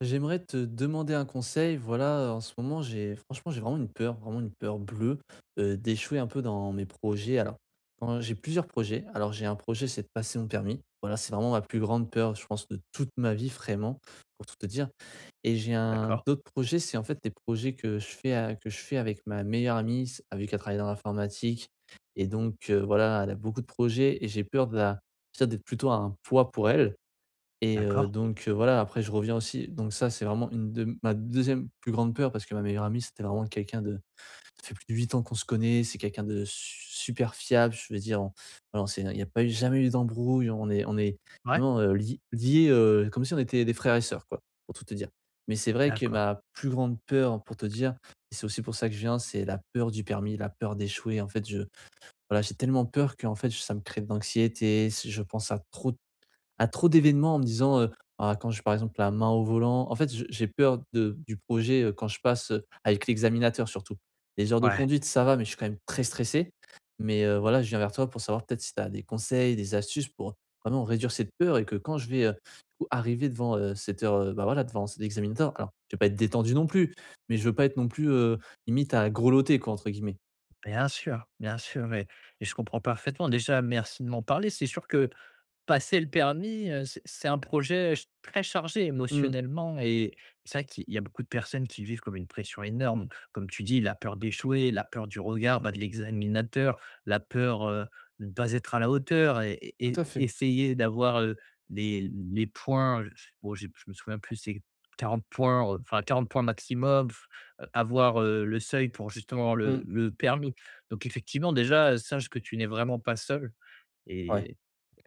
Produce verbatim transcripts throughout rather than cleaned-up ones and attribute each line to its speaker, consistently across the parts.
Speaker 1: J'aimerais te demander un conseil. Voilà, en ce moment, j'ai franchement, j'ai vraiment une peur, vraiment une peur bleue euh, d'échouer un peu dans mes projets. Alors, quand j'ai plusieurs projets. Alors, j'ai un projet, c'est de passer mon permis. Voilà, c'est vraiment ma plus grande peur, je pense, de toute ma vie, vraiment, pour tout te dire. Et j'ai un
Speaker 2: D'accord,
Speaker 1: d'autres projets, c'est en fait des projets que je fais à- que je fais avec ma meilleure amie, s- vu qu'elle travaille dans l'informatique. Et donc euh, voilà, elle a beaucoup de projets et j'ai peur de la- peut-être d'être plutôt un poids pour elle. Et heu,
Speaker 2: d'accord.
Speaker 1: donc heu, voilà, après je reviens aussi donc ça, c'est vraiment une de ma deuxième plus grande peur parce que ma meilleure amie, c'était vraiment quelqu'un de ça fait plus de huit ans qu'on se connaît, c'est quelqu'un de su super fiable, je veux dire, on voilà, on s'est il n'y a pas eu jamais eu d'embrouille, on est on est
Speaker 2: Ouais,
Speaker 1: vraiment, heu, li liés, heu, comme si on était des frères et sœurs, quoi, pour tout te dire. Mais c'est vrai que
Speaker 2: d'accord.
Speaker 1: ma plus grande peur, pour te dire, et c'est aussi pour ça que je viens, c'est la peur du permis, la peur d'échouer. En fait, je voilà, j'ai tellement peur que en fait, ça me crée de l'anxiété, je pense à trop à trop d'événements en me disant, heu: «Ah, quand j'ai par exemple la main au volant», en fait, je j'ai peur de du projet, heu, quand je passe, heu, avec l'examinateur surtout. Les heures de
Speaker 2: Ouais,
Speaker 1: conduite, ça va, mais je suis quand même très stressé. Mais heu, voilà, je viens vers toi pour savoir peut-être si tu as des conseils, des astuces pour vraiment réduire cette peur et que quand je vais, heu, du coup, arriver devant, heu, cette heure, heu, bah, voilà, devant cet examinateur, alors je vais pas être détendu non plus, mais je veux pas être non plus, heu, limite à grelotter, quoi, entre guillemets.
Speaker 2: bien sûr, bien sûr et et je comprends parfaitement. Déjà, merci de m'en parler. C'est sûr que Passer le permis, heu, c'est c'est un projet ch très chargé
Speaker 1: Mmh.
Speaker 2: émotionnellement et c'est vrai qu'il y a beaucoup de personnes qui vivent comme une pression énorme. Comme tu dis, la peur d'échouer, la peur du regard, bah, de l'examinateur, la peur, heu, de ne pas être à la hauteur et et
Speaker 1: Tout
Speaker 2: et
Speaker 1: à fait.
Speaker 2: essayer d'avoir, heu, les les points, bon, j'ai je me souviens plus, c'est quarante points, heu, enfin quarante points maximum, heu, avoir, heu, le seuil pour justement le
Speaker 1: Mmh.
Speaker 2: le permis. Donc effectivement déjà, sache que tu n'es vraiment pas seul
Speaker 1: Ouais.
Speaker 2: et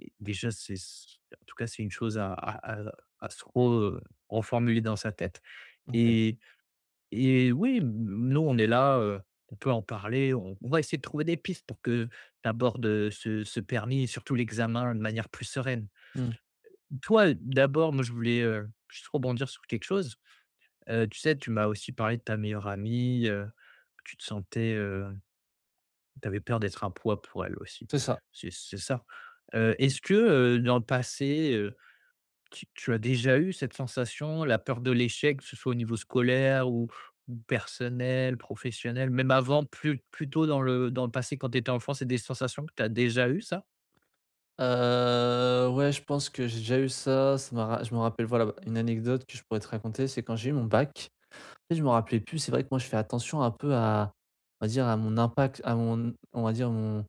Speaker 2: et déjà, c'est s en tout cas, c'est une chose à à à à se re reformuler dans sa tête
Speaker 1: OK.
Speaker 2: et et oui, n nous, on est là, heu, on peut en parler, on on va essayer de trouver des pistes pour que tu abordes, heu, ce ce permis et surtout l'examen de manière plus sereine.
Speaker 1: Mmh.
Speaker 2: Toi, d'abord, moi, je voulais, heu, juste rebondir sur quelque chose. Heu, tu sais, tu m'as aussi parlé de ta meilleure amie, heu, tu te sentais, heu, tu avais peur d'être un poids pour elle aussi.
Speaker 1: C'est ça.
Speaker 2: C'est c'est ça? Heu, est-ce que, heu, dans le passé, euh, Tu tu as déjà eu cette sensation, la peur de l'échec, que ce soit au niveau scolaire ou ou personnel, professionnel, même avant, plus plus tôt dans le dans le passé quand tu étais enfant, c'est des sensations que tu as déjà eues, ça?
Speaker 1: Heu, ouais, je pense que j'ai déjà eu ça. Ça m'a ra je me rappelle, voilà, bah, une anecdote que je pourrais te raconter, c'est quand j'ai eu mon bac, tu je me rappelais plus. C'est vrai que moi, je fais attention un peu à, on va dire, à mon impact, à mon, on va dire, mon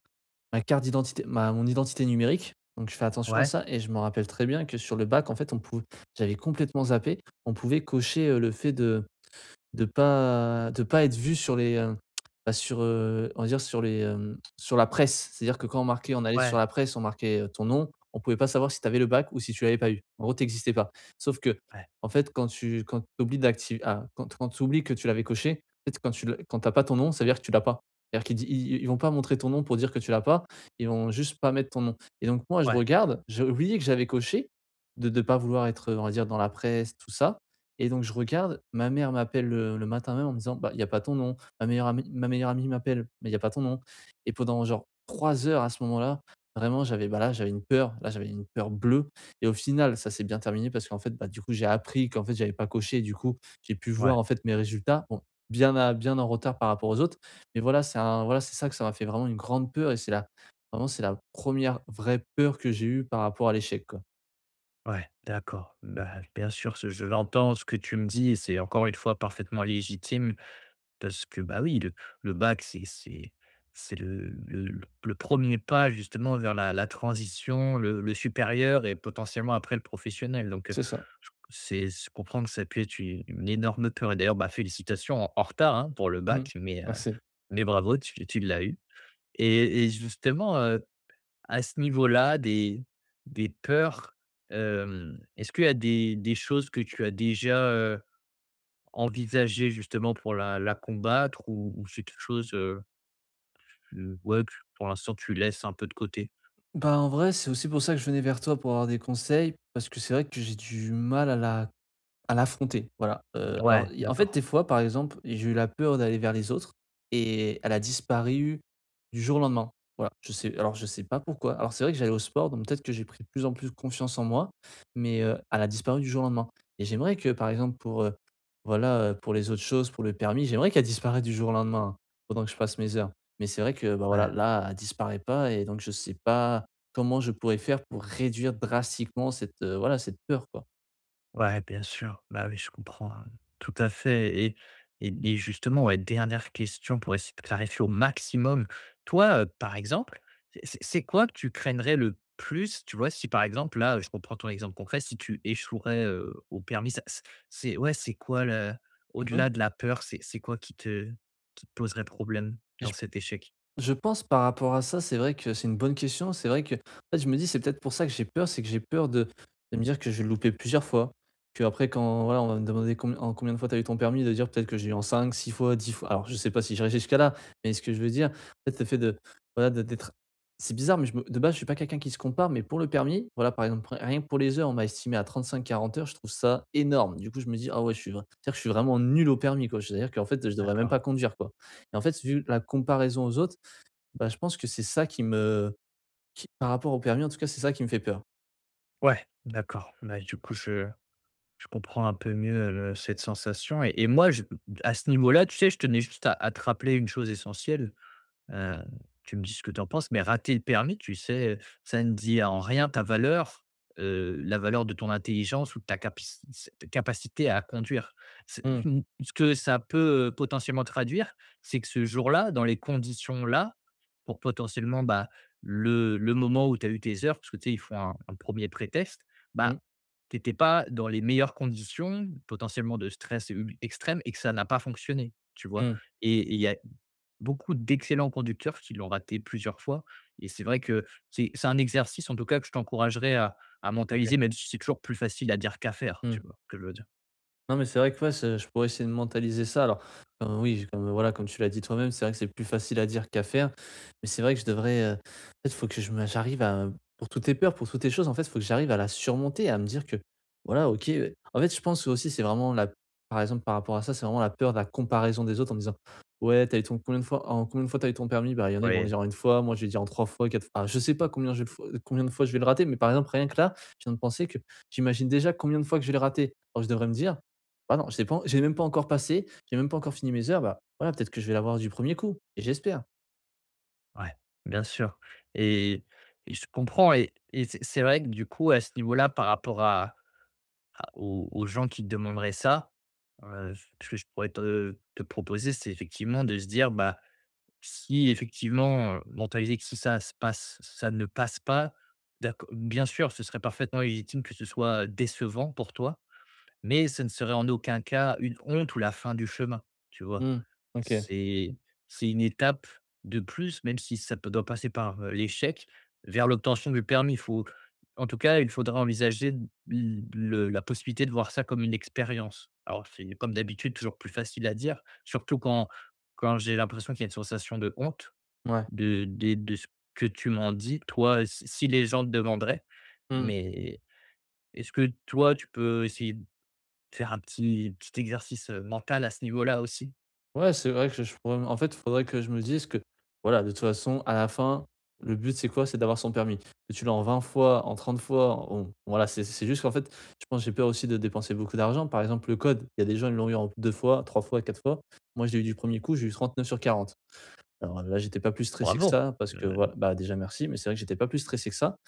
Speaker 1: ma carte d'identité, ma mon identité numérique. Donc je fais attention à
Speaker 2: Ouais,
Speaker 1: ça et je me rappelle très bien que sur le bac, en fait, on pouvait, j'avais complètement zappé, on pouvait cocher, heu, le fait de de pas de pas être vu sur les, heu, bah, sur, heu, on va dire sur les, hem, sur la presse. C'est-à-dire que quand on marquait on allait sur
Speaker 2: ouais,
Speaker 1: la presse, on marquait, heu, ton nom, on pouvait pas savoir si tu avais le bac ou si tu l'avais pas eu. En gros, t'existais pas. Sauf que
Speaker 2: ouais,
Speaker 1: en fait, quand tu quand t'oublies d'activer, ah, quand quand t'oublies que tu l'avais coché, en fait, quand tu le quand t'as pas ton nom, ça veut dire que tu l'as pas. C'est-à-dire qu'ils di ils ils vont pas montrer ton nom pour dire que tu l'as pas, ils vont juste pas mettre ton nom et donc moi, je
Speaker 2: ouais,
Speaker 1: regarde, j'ai oublié que j'avais coché de de pas vouloir être, on va dire, dans la presse, tout ça, et donc je regarde, ma mère m'appelle, heu, le matin même en me disant: «Bah, il y a pas ton nom». Ma meilleure amie ma meilleure amie m'appelle: «Mais il y a pas ton nom», et pendant genre trois heures à ce moment-là, vraiment j'avais, bah, là, j'avais une peur, là, j'avais une peur bleue, et au final, ça s'est bien terminé parce qu'en fait, bah, du coup, j'ai appris qu'en fait, j'avais pas coché et du coup, j'ai pu
Speaker 2: ouais,
Speaker 1: voir en fait mes résultats. Bon, bien à bien en retard par rapport aux autres, mais voilà, c'est un voilà, c'est ça, que ça m'a fait vraiment une grande peur et c'est la vraiment, c'est la première vraie peur que j'ai eue par rapport à l'échec, quoi.
Speaker 2: ouais, d'accord. Bah, bien sûr, ce je l'entends, ce que tu me dis et c'est encore une fois parfaitement légitime. Parce que, bah, oui, le le bac, c'est c'est c'est le le le premier pas justement vers la la transition, le le supérieur et potentiellement après le professionnel donc, heu,
Speaker 1: C'est ça.
Speaker 2: je c'est je comprends que ça peut être u une énorme peur et d'ailleurs, bah, félicitations en en retard, hein, pour le
Speaker 1: Mmh.
Speaker 2: bac mais, heu,
Speaker 1: Merci.
Speaker 2: mais bravo, tu tu l'as eu et et justement, heu, à ce niveau-là des des peurs, hem, est-ce qu'il y a des des choses que tu as déjà, envisager justement pour la la combattre ou ou c'est quelque chose, heu, que ouais, que pour l'instant tu laisses un peu de côté?
Speaker 1: Bah, en vrai, c'est aussi pour ça que je venais vers toi pour avoir des conseils, parce que c'est vrai que j'ai du mal à la à l'affronter, voilà. Heu, alors,
Speaker 2: Ouais,
Speaker 1: il y en fait,
Speaker 2: d'accord,
Speaker 1: des fois, par exemple, j'ai eu la peur d'aller vers les autres et elle a disparu du jour au lendemain. Voilà, je sais alors, je sais pas pourquoi. Alors, c'est vrai que j'allais au sport, donc peut-être que j'ai pris de plus en plus confiance en moi, mais, heu, elle a disparu du jour au lendemain, et j'aimerais que, par exemple, pour, heu, voilà, heu, pour les autres choses, pour le permis, j'aimerais qu'elle disparaisse du jour au lendemain, hein, pendant que je fasse mes heures. Mais c'est vrai que, bah, voilà,
Speaker 2: ouais.
Speaker 1: là, elle disparaît pas, et donc je sais pas comment je pourrais faire pour réduire drastiquement cette, heu, voilà, cette peur, quoi.
Speaker 2: Ouais, bien sûr. Bah, oui, je comprends, hein, tout à fait et et et justement, ouais, dernière question pour essayer de clarifier au maximum. Toi, heu, par exemple, c'est c'est c'est quoi que tu craindrais le plus? Tu vois, si par exemple, là, je reprends ton exemple concret, si tu échouerais, heu, au permis, ça c c'est ouais, c'est quoi le
Speaker 1: Mmh mh.
Speaker 2: au-delà de la peur, c'est c'est quoi qui te qui te poserait problème dans cet échec?
Speaker 1: Je pense, par rapport à ça, c'est vrai que c'est une bonne question. C'est vrai que, en fait, je me dis, c'est peut-être pour ça que j'ai peur, c'est que j'ai peur de, de me dire que je vais le louper plusieurs fois. Que après, quand voilà, on va me demander combi- en combien de fois tu as eu ton permis, de dire peut-être que j'ai eu en cinq, six fois, dix fois. Alors, je sais pas si j'irai jusqu'à là, mais ce que je veux dire, peut-être le fait de, voilà, de- d'être, c'est bizarre, mais je me- de base, je suis pas quelqu'un qui se compare, mais pour le permis, voilà, par exemple, rien que pour les heures, on m'a estimé à trente-cinq, quarante heures, je trouve ça énorme. Du coup, je me dis, ah ouais, je suis, vra- c'est-à-dire que je suis vraiment nul au permis, quoi. C'est-à-dire qu'en fait, je devrais même
Speaker 2: D'accord.
Speaker 1: pas conduire, quoi. Et en fait, vu la comparaison aux autres, bah, je pense que c'est ça qui me, qui par rapport au permis en tout cas, c'est ça qui me fait peur.
Speaker 2: Ouais, d'accord. Bah, du coup, je Je comprends un peu mieux le cette sensation et et moi je à ce niveau-là, tu sais, je tenais juste à à te rappeler une chose essentielle, heu, tu me dis ce que tu en penses, mais rater le permis, tu sais, ça ne dit en rien ta valeur, heu, la valeur de ton intelligence ou de ta capaci ta capacité à conduire. C'est
Speaker 1: Mmh.
Speaker 2: mmh, ce que ça peut, heu, potentiellement traduire, c'est que ce jour-là, dans les conditions-là, pour potentiellement, bah, le le moment où tu as eu tes heures, parce que tu sais, il faut un un 1 prétexte, bah
Speaker 1: Mmh.
Speaker 2: t'étais pas dans les meilleures conditions, potentiellement de stress u extrême et que ça n'a pas fonctionné, tu vois?
Speaker 1: Mmh.
Speaker 2: Et il y a Beaucoup d'excellents conducteurs qui l'ont raté plusieurs fois et c'est vrai que c'est c'est un exercice en tout cas que je t'encouragerais à à
Speaker 1: OK.
Speaker 2: mentaliser, même si c'est toujours plus facile à dire qu'à faire, tu
Speaker 1: Mmh.
Speaker 2: vois ce que je veux dire?
Speaker 1: Non, mais c'est vrai que, ouais, c'est je pourrais essayer de mentaliser ça. Alors, heu, oui, comme, voilà, comme tu l'as dit toi-même, c'est vrai que c'est plus facile à dire qu'à faire. Mais c'est vrai que je devrais, heu, peut-être, faut que je me j'arrive à, pour toutes tes peurs, pour toutes tes choses, en fait, il faut que j'arrive à la surmonter, à me dire que, voilà, OK, heu, en fait, je pense que aussi c'est vraiment la par exemple, par rapport à ça, c'est vraiment la peur de la comparaison des autres en me disant: «Ouais, t'as eu ton combien de fois en combien de fois t'as eu ton permis?» Bah, il y en a, ils vont le
Speaker 2: Oui.
Speaker 1: dire en une fois, moi je vais le dire en trois fois, quatre fois. Alors je sais pas combien je vais le fois combien de fois je vais le rater, mais par exemple, rien que là, je viens de penser que j'imagine déjà combien de fois que je vais le rater. Alors je devrais me dire: bah, non, je l'ai pas j'ai même pas encore passé, j'ai même pas encore fini mes heures, bah, voilà, peut-être que je vais l'avoir du premier coup, et j'espère.
Speaker 2: Ouais, bien sûr et et je comprends et et c'est c'est vrai que du coup, à ce niveau-là, par rapport à à aux aux gens qui te demanderaient ça, heu, ce que je pourrais te te proposer, c'est effectivement de se dire, bah, si effectivement, heu, mentaliser que si ça se passe ça ne passe pas, d'accord. Bien sûr, ce serait parfaitement légitime que ce soit décevant pour toi, mais ce ne serait en aucun cas une honte ou la fin du chemin, tu vois?
Speaker 1: Mmh, OK,
Speaker 2: C'est c'est une étape de plus, même si ça peut doit passer par, heu, l'échec, vers l'obtention du permis. Il faut en tout cas, il faudra envisager l le la possibilité de voir ça comme une expérience. Alors c'est comme d'habitude toujours plus facile à dire, surtout quand quand j'ai l'impression qu'il y a une sensation de honte
Speaker 1: ouais.
Speaker 2: de des de ce que tu m'en dis, toi, si si les gens te demanderaient.
Speaker 1: Mmh.
Speaker 2: Mais est-ce que toi, tu peux essayer de faire un petit petit exercice, heu, mental à ce niveau-là aussi?
Speaker 1: Ouais, c'est vrai que je pourrais, en fait, il faudrait que je me dise que, voilà, de toute façon, à la fin, le but c'est quoi? C'est d'avoir son permis. Que tu l'as en vingt fois, en trente fois, on voilà, c'est c'est juste qu'en fait, je pense que j'ai peur aussi de dépenser beaucoup d'argent. Par exemple, le code, il y a des gens, ils l'ont eu en deux fois, trois fois, quatre fois. Moi, je l'ai eu du premier coup, j'ai eu trente-neuf sur quarante. Alors là, j'étais pas plus stressé que
Speaker 2: Bravo!
Speaker 1: ça parce que, voilà,
Speaker 2: Heu,
Speaker 1: bah, déjà merci, mais c'est vrai que j'étais pas plus stressé que ça.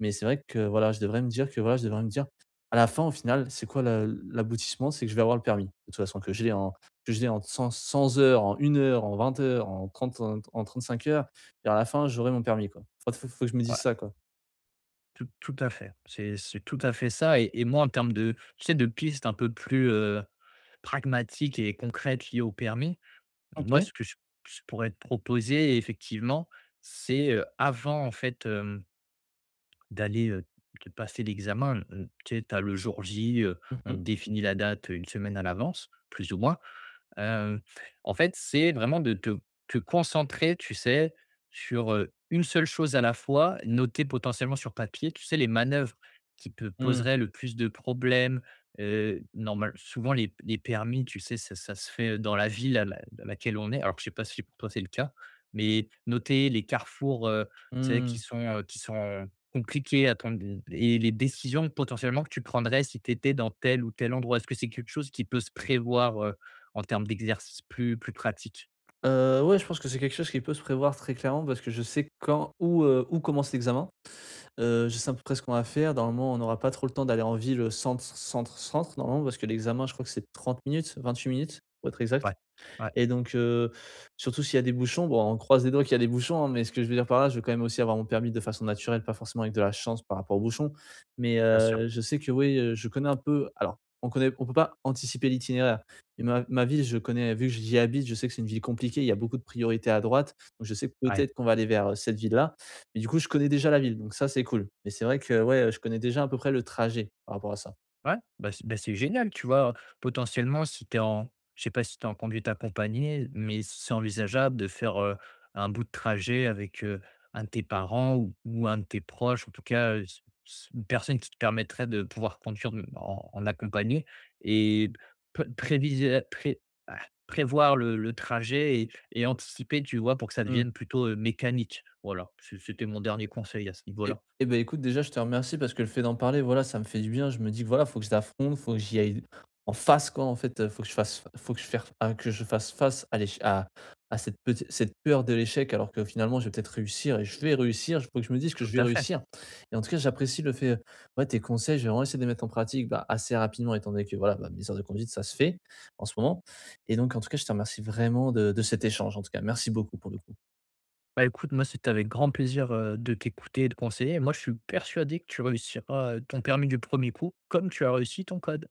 Speaker 1: Mais c'est vrai que, voilà, je devrais me dire que, voilà, je devrais me dire, à la fin, au final, c'est quoi la- l'aboutissement? C'est que je vais avoir le permis. De toute façon, que je l'ai en, que je l'ai en cent 100 heures, en une heure, en vingt heures, en trente, en, en cinq heures. Et à la fin, j'aurai mon permis, quoi. Faut, faut, faut que je me dise
Speaker 2: ouais.
Speaker 1: ça, quoi.
Speaker 2: Tout tout à fait. C'est c'est tout à fait ça et et moi en termes de tu sais de pistes un peu plus, heu, pragmatiques et concrètes liées au permis, moi
Speaker 1: OK.
Speaker 2: ce que je je pourrais te proposer effectivement, c'est, heu, avant en fait, hem, d'aller, heu, de passer l'examen, heu, tu sais, tu as le jour J, heu, on
Speaker 1: Mhm.
Speaker 2: définit la date, une semaine à l'avance, plus ou moins. Hem, en fait, c'est vraiment de te te concentrer, tu sais, sur, heu, une seule chose à la fois, noter potentiellement sur papier, tu sais, les manœuvres qui te
Speaker 1: Hmm,
Speaker 2: poseraient le plus de problèmes. Heu, normal souvent les les permis, tu sais, ça ça se fait dans la ville à la à laquelle on est. Alors, je sais pas si pour toi c'est le cas, mais noter les carrefours, heu, tu sais, qui
Speaker 1: hmm.
Speaker 2: sont, heu, qui sont compliqués à prendre et les décisions potentiellement que tu prendrais si tu étais dans tel ou tel endroit. Est-ce que c'est quelque chose qui peut se prévoir, en termes d'exercice plus plus pratique.
Speaker 1: Euh, ouais, je pense que c'est quelque chose qui peut se prévoir très clairement parce que je sais quand, où, euh, où commence l'examen. Heu, je sais à peu près ce qu'on va faire. Normalement, on n'aura pas trop le temps d'aller en ville, heu, centre, centre, centre, normalement, parce que l'examen, je crois que c'est trente minutes, vingt-huit minutes, pour être
Speaker 2: Ouais,
Speaker 1: exact.
Speaker 2: ouais,
Speaker 1: Et donc, heu, surtout s'il y a des bouchons, bon, on croise les doigts qu'il y a des bouchons, hein, mais ce que je veux dire par là, je veux quand même aussi avoir mon permis de façon naturelle, pas forcément avec de la chance par rapport aux bouchons. Mais,
Speaker 2: bien sûr.
Speaker 1: heu, je sais que oui, heu, je connais un peu, alors on connaît on peut pas anticiper l'itinéraire. Mais ma ma ville, je connais vu que j'y habite, je sais que c'est une ville compliquée, il y a beaucoup de priorités à droite, donc je sais que
Speaker 2: Ouais,
Speaker 1: peut-être qu'on va aller vers, heu, cette ville-là. Mais du coup, je connais déjà la ville, donc ça, c'est cool. Mais c'est vrai que, ouais, je connais déjà à peu près le trajet par rapport à ça.
Speaker 2: ouais, bah, c'est bah, c'est génial, tu vois? Potentiellement, si tu es en je sais pas si tu en conduite accompagnée, mais c'est envisageable de faire, heu, un bout de trajet avec, heu, un de tes parents ou ou un de tes proches, en tout cas, heu, s s une personne qui te permettrait de pouvoir conduire de en en accompagné et p prévisionn pré ah, prévoir le le trajet et anticiper, tu vois? Pour que ça
Speaker 1: Mmh.
Speaker 2: devienne plutôt, heu, mécanique. Voilà, c c'était mon dernier conseil à ce
Speaker 1: Eh
Speaker 2: niveau-là.
Speaker 1: eh beh, écoute, déjà, je te remercie parce que le fait d'en parler, voilà, ça me fait du bien. Je me dis que, voilà, faut que je l'affronte, faut que j'y aille en face, quoi, en fait. Heu, faut que je fasse faut que je faire à que je fasse face à l'éche à à cette peti cette peur de l'échec, alors que finalement, je vais peut-être réussir, et je vais réussir. Il faut que je me dise que je
Speaker 2: Tout
Speaker 1: vais
Speaker 2: à fait.
Speaker 1: réussir, et en tout cas, j'apprécie le fait, heu, ouais, tes conseils, je vais vraiment essayer de les mettre en pratique, bah, assez rapidement étant donné que, voilà, bah, mes heures de conduite, ça se fait en ce moment, et donc en tout cas, je te remercie vraiment de de cet échange, en tout cas. Merci beaucoup pour le coup.
Speaker 2: Bah, écoute, moi, c'était avec grand plaisir, heu, de t'écouter et de conseiller. Moi, je suis persuadé que tu réussiras, heu, ton permis du premier coup, comme tu as réussi ton code.